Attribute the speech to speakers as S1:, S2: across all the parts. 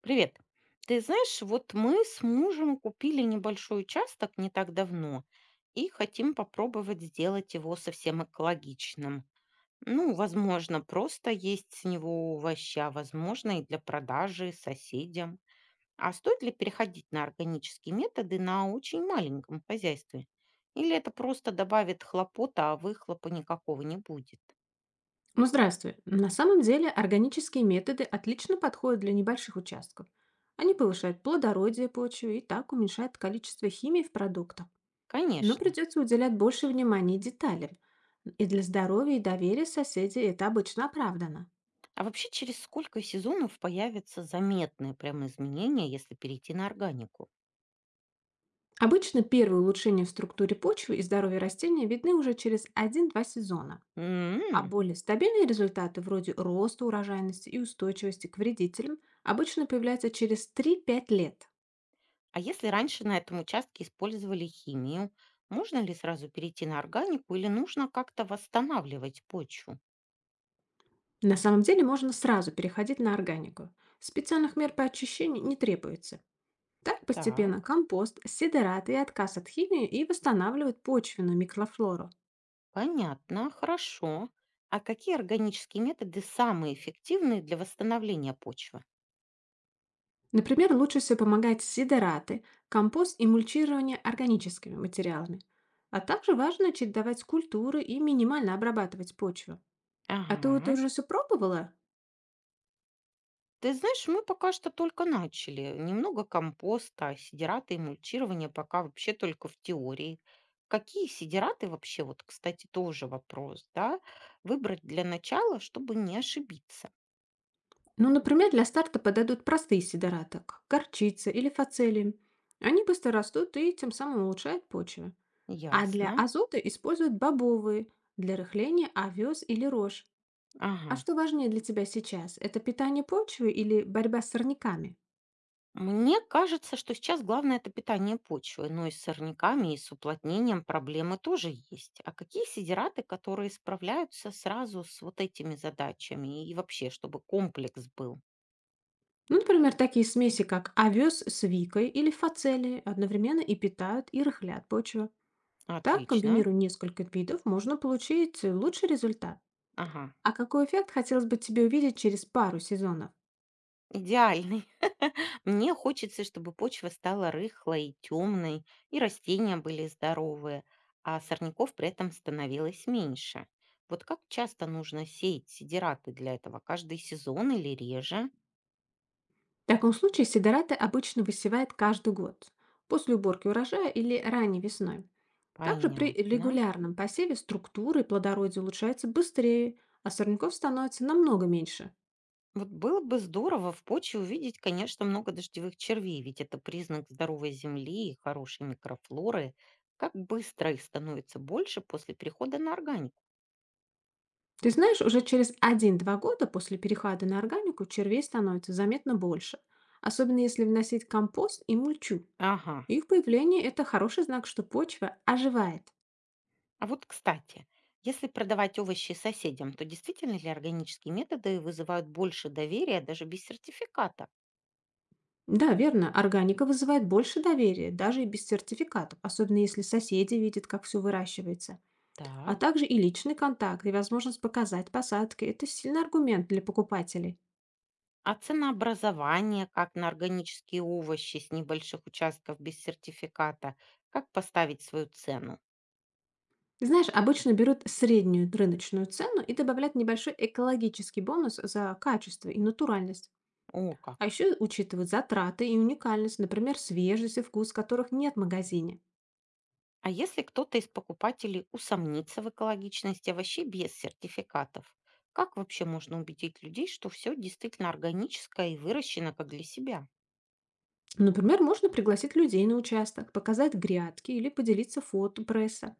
S1: Привет. Ты знаешь, вот мы с мужем купили небольшой участок не так давно и хотим попробовать сделать его совсем экологичным. Ну, возможно, просто есть с него овоща, возможно, и для продажи соседям. А стоит ли переходить на органические методы на очень маленьком хозяйстве? Или это просто добавит хлопота, а выхлопа никакого не будет?
S2: Ну, здравствуй. На самом деле органические методы отлично подходят для небольших участков. Они повышают плодородие почвы и так уменьшают количество химии в продуктах. Но
S1: Конечно.
S2: придется уделять больше внимания деталям. И для здоровья и доверия соседей это обычно оправдано.
S1: А вообще, через сколько сезонов появятся заметные прям изменения, если перейти на органику?
S2: Обычно первые улучшения в структуре почвы и здоровья растения видны уже через один-два сезона. А
S1: М.
S2: более стабильные результаты вроде роста урожайности и устойчивости к вредителям обычно появляются через три-пять лет.
S1: А если раньше на этом участке использовали химию, можно ли сразу перейти на органику или нужно как-то восстанавливать почву?
S2: На самом деле можно сразу переходить на органику. Специальных мер по очищению не требуется. Так
S1: Так,
S2: постепенно компост, сидераты и отказ от химии и восстанавливают почвенную микрофлору.
S1: понятно, хорошо. А какие органические методы самые эффективные для восстановления почвы?
S2: Например, лучше всего помогают сидераты, компост и мульчирование органическими материалами. А также важно чередовать культуры и минимально обрабатывать почву. А ты это
S1: Ага.
S2: уже все пробовала?
S1: Ты знаешь, мы пока что только начали. Немного компоста, сидираты и мульчирования пока вообще только в теории. Какие сидираты вообще, вот, кстати, тоже вопрос, да? Выбрать для начала, чтобы не ошибиться.
S2: Ну, например, для старта подойдут простые сидораты, как горчица или фацелии. Они быстро растут и тем самым улучшают почву. А для
S1: Ясно.
S2: азота используют бобовые, для рыхления овес или рожь. А
S1: Ага.
S2: что важнее для тебя сейчас? Это питание почвы или борьба с сорняками?
S1: Мне кажется, что сейчас главное это питание почвы, но и с сорняками, и с уплотнением проблемы тоже есть. А какие сидираты, которые справляются сразу с вот этими задачами и вообще, чтобы комплекс был?
S2: Ну, например, такие смеси, как овес с викой или фацелией, одновременно и питают, и рыхлят почву. Так,
S1: Отлично.
S2: комбинируя несколько видов, можно получить лучший результат.
S1: Ага.
S2: А какой эффект хотелось бы тебе увидеть через пару сезонов?
S1: Идеальный. Мне хочется, чтобы почва стала рыхлой, темной, и растения были здоровые, а сорняков при этом становилось меньше. Вот как часто нужно сеять сидираты для этого? Каждый сезон или реже?
S2: В таком случае сидораты обычно высевают каждый год, после уборки урожая или ранней весной. Также при
S1: Понятно.
S2: регулярном посеве структуры и плодородие улучшаются быстрее, а сорняков становится намного меньше.
S1: Вот было бы здорово в почве увидеть, конечно, много дождевых червей, ведь это признак здоровой земли и хорошей микрофлоры. Как быстро их становится больше после перехода на органику?
S2: Ты знаешь, уже через один-два года после перехода на органику червей становится заметно больше, особенно если вносить компост и мульчу.
S1: Ага.
S2: Их появление– это хороший знак, что почва оживает.
S1: А вот, кстати, если продавать овощи соседям, то действительно ли органические методы вызывают больше доверия даже без сертификата?
S2: Да, верно, органика вызывает больше доверия, даже и без сертификатов, особенно если соседи видят, как все выращивается. А
S1: Так.
S2: также и личный контакт, и возможность показать посадки– это сильный аргумент для покупателей.
S1: А ценообразование, как на органические овощи с небольших участков без сертификата, как поставить свою цену?
S2: Знаешь, обычно берут среднюю рыночную цену и добавляют небольшой экологический бонус за качество и натуральность.
S1: О,
S2: А
S1: как.
S2: еще учитывают затраты и уникальность, например, свежесть и вкус, которых нет в магазине.
S1: А если кто-то из покупателей усомнится в экологичности овощей без сертификатов, как вообще можно убедить людей, что все действительно органическое и выращено как для себя?
S2: Например, можно пригласить людей на участок, показать грядки или поделиться фото пресса.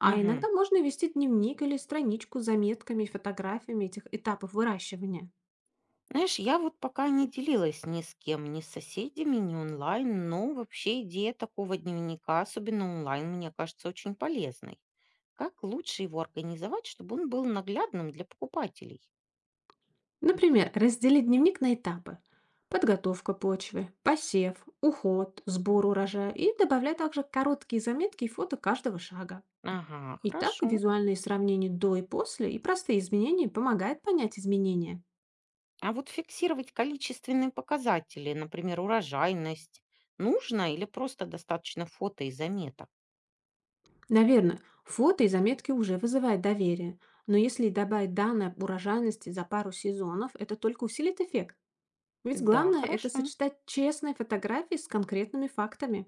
S2: А
S1: Мгм.
S2: иногда можно вести дневник или страничку с заметками и фотографиями этих этапов выращивания.
S1: Знаешь, я вот пока не делилась ни с кем, ни с соседями, ни онлайн, но вообще идея такого дневника, особенно онлайн, мне кажется очень полезной. Как лучше его организовать, чтобы он был наглядным для покупателей?
S2: Например, разделить дневник на этапы. Подготовка почвы, посев, уход, сбор урожая и добавляй также короткие заметки и фото каждого шага.
S1: Ага,
S2: И так
S1: хорошо.
S2: визуальные сравнения до и после и простые изменения помогают понять изменения.
S1: А вот фиксировать количественные показатели, например, урожайность, нужно или просто достаточно фото и заметок?
S2: Наверное, фото и заметки уже вызывают доверие, но если добавить данные об урожайности за пару сезонов, это только усилит эффект. Ведь
S1: Да,
S2: главное– это
S1: хорошо.
S2: сочетать честные фотографии с конкретными фактами.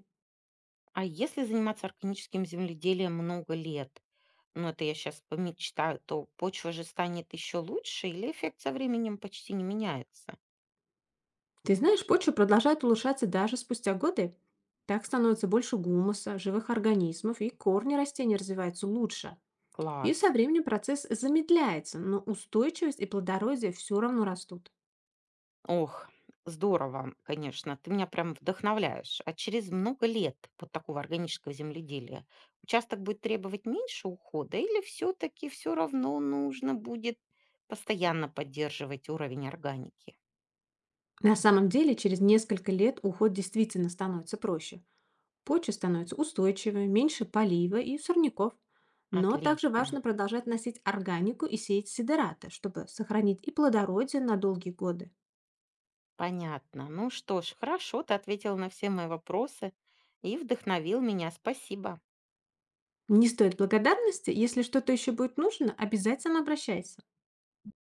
S1: А если заниматься органическим земледелием много лет, ну, это я сейчас помечтаю, то почва же станет еще лучше или эффект со временем почти не меняется?
S2: Ты знаешь, почва продолжает улучшаться даже спустя годы. Так становится больше гумуса, живых организмов, и корни растений развиваются лучше. И со
S1: Класс.
S2: временем процесс замедляется, но устойчивость и плодородие все равно растут.
S1: Ох, здорово, конечно. Ты меня прям вдохновляешь. А через много лет вот такого органического земледелия участок будет требовать меньше ухода или все-таки все равно нужно будет постоянно поддерживать уровень органики?
S2: На самом деле, через несколько лет уход действительно становится проще. Почва становится устойчивой, меньше полива и сорняков. Но также
S1: Отлично.
S2: важно продолжать носить органику и сеять сидераты, чтобы сохранить и плодородие на долгие годы.
S1: Понятно. Ну что ж, хорошо, ты ответил на все мои вопросы и вдохновил меня. Спасибо.
S2: Не стоит благодарности. Если что-то еще будет нужно, обязательно обращайся.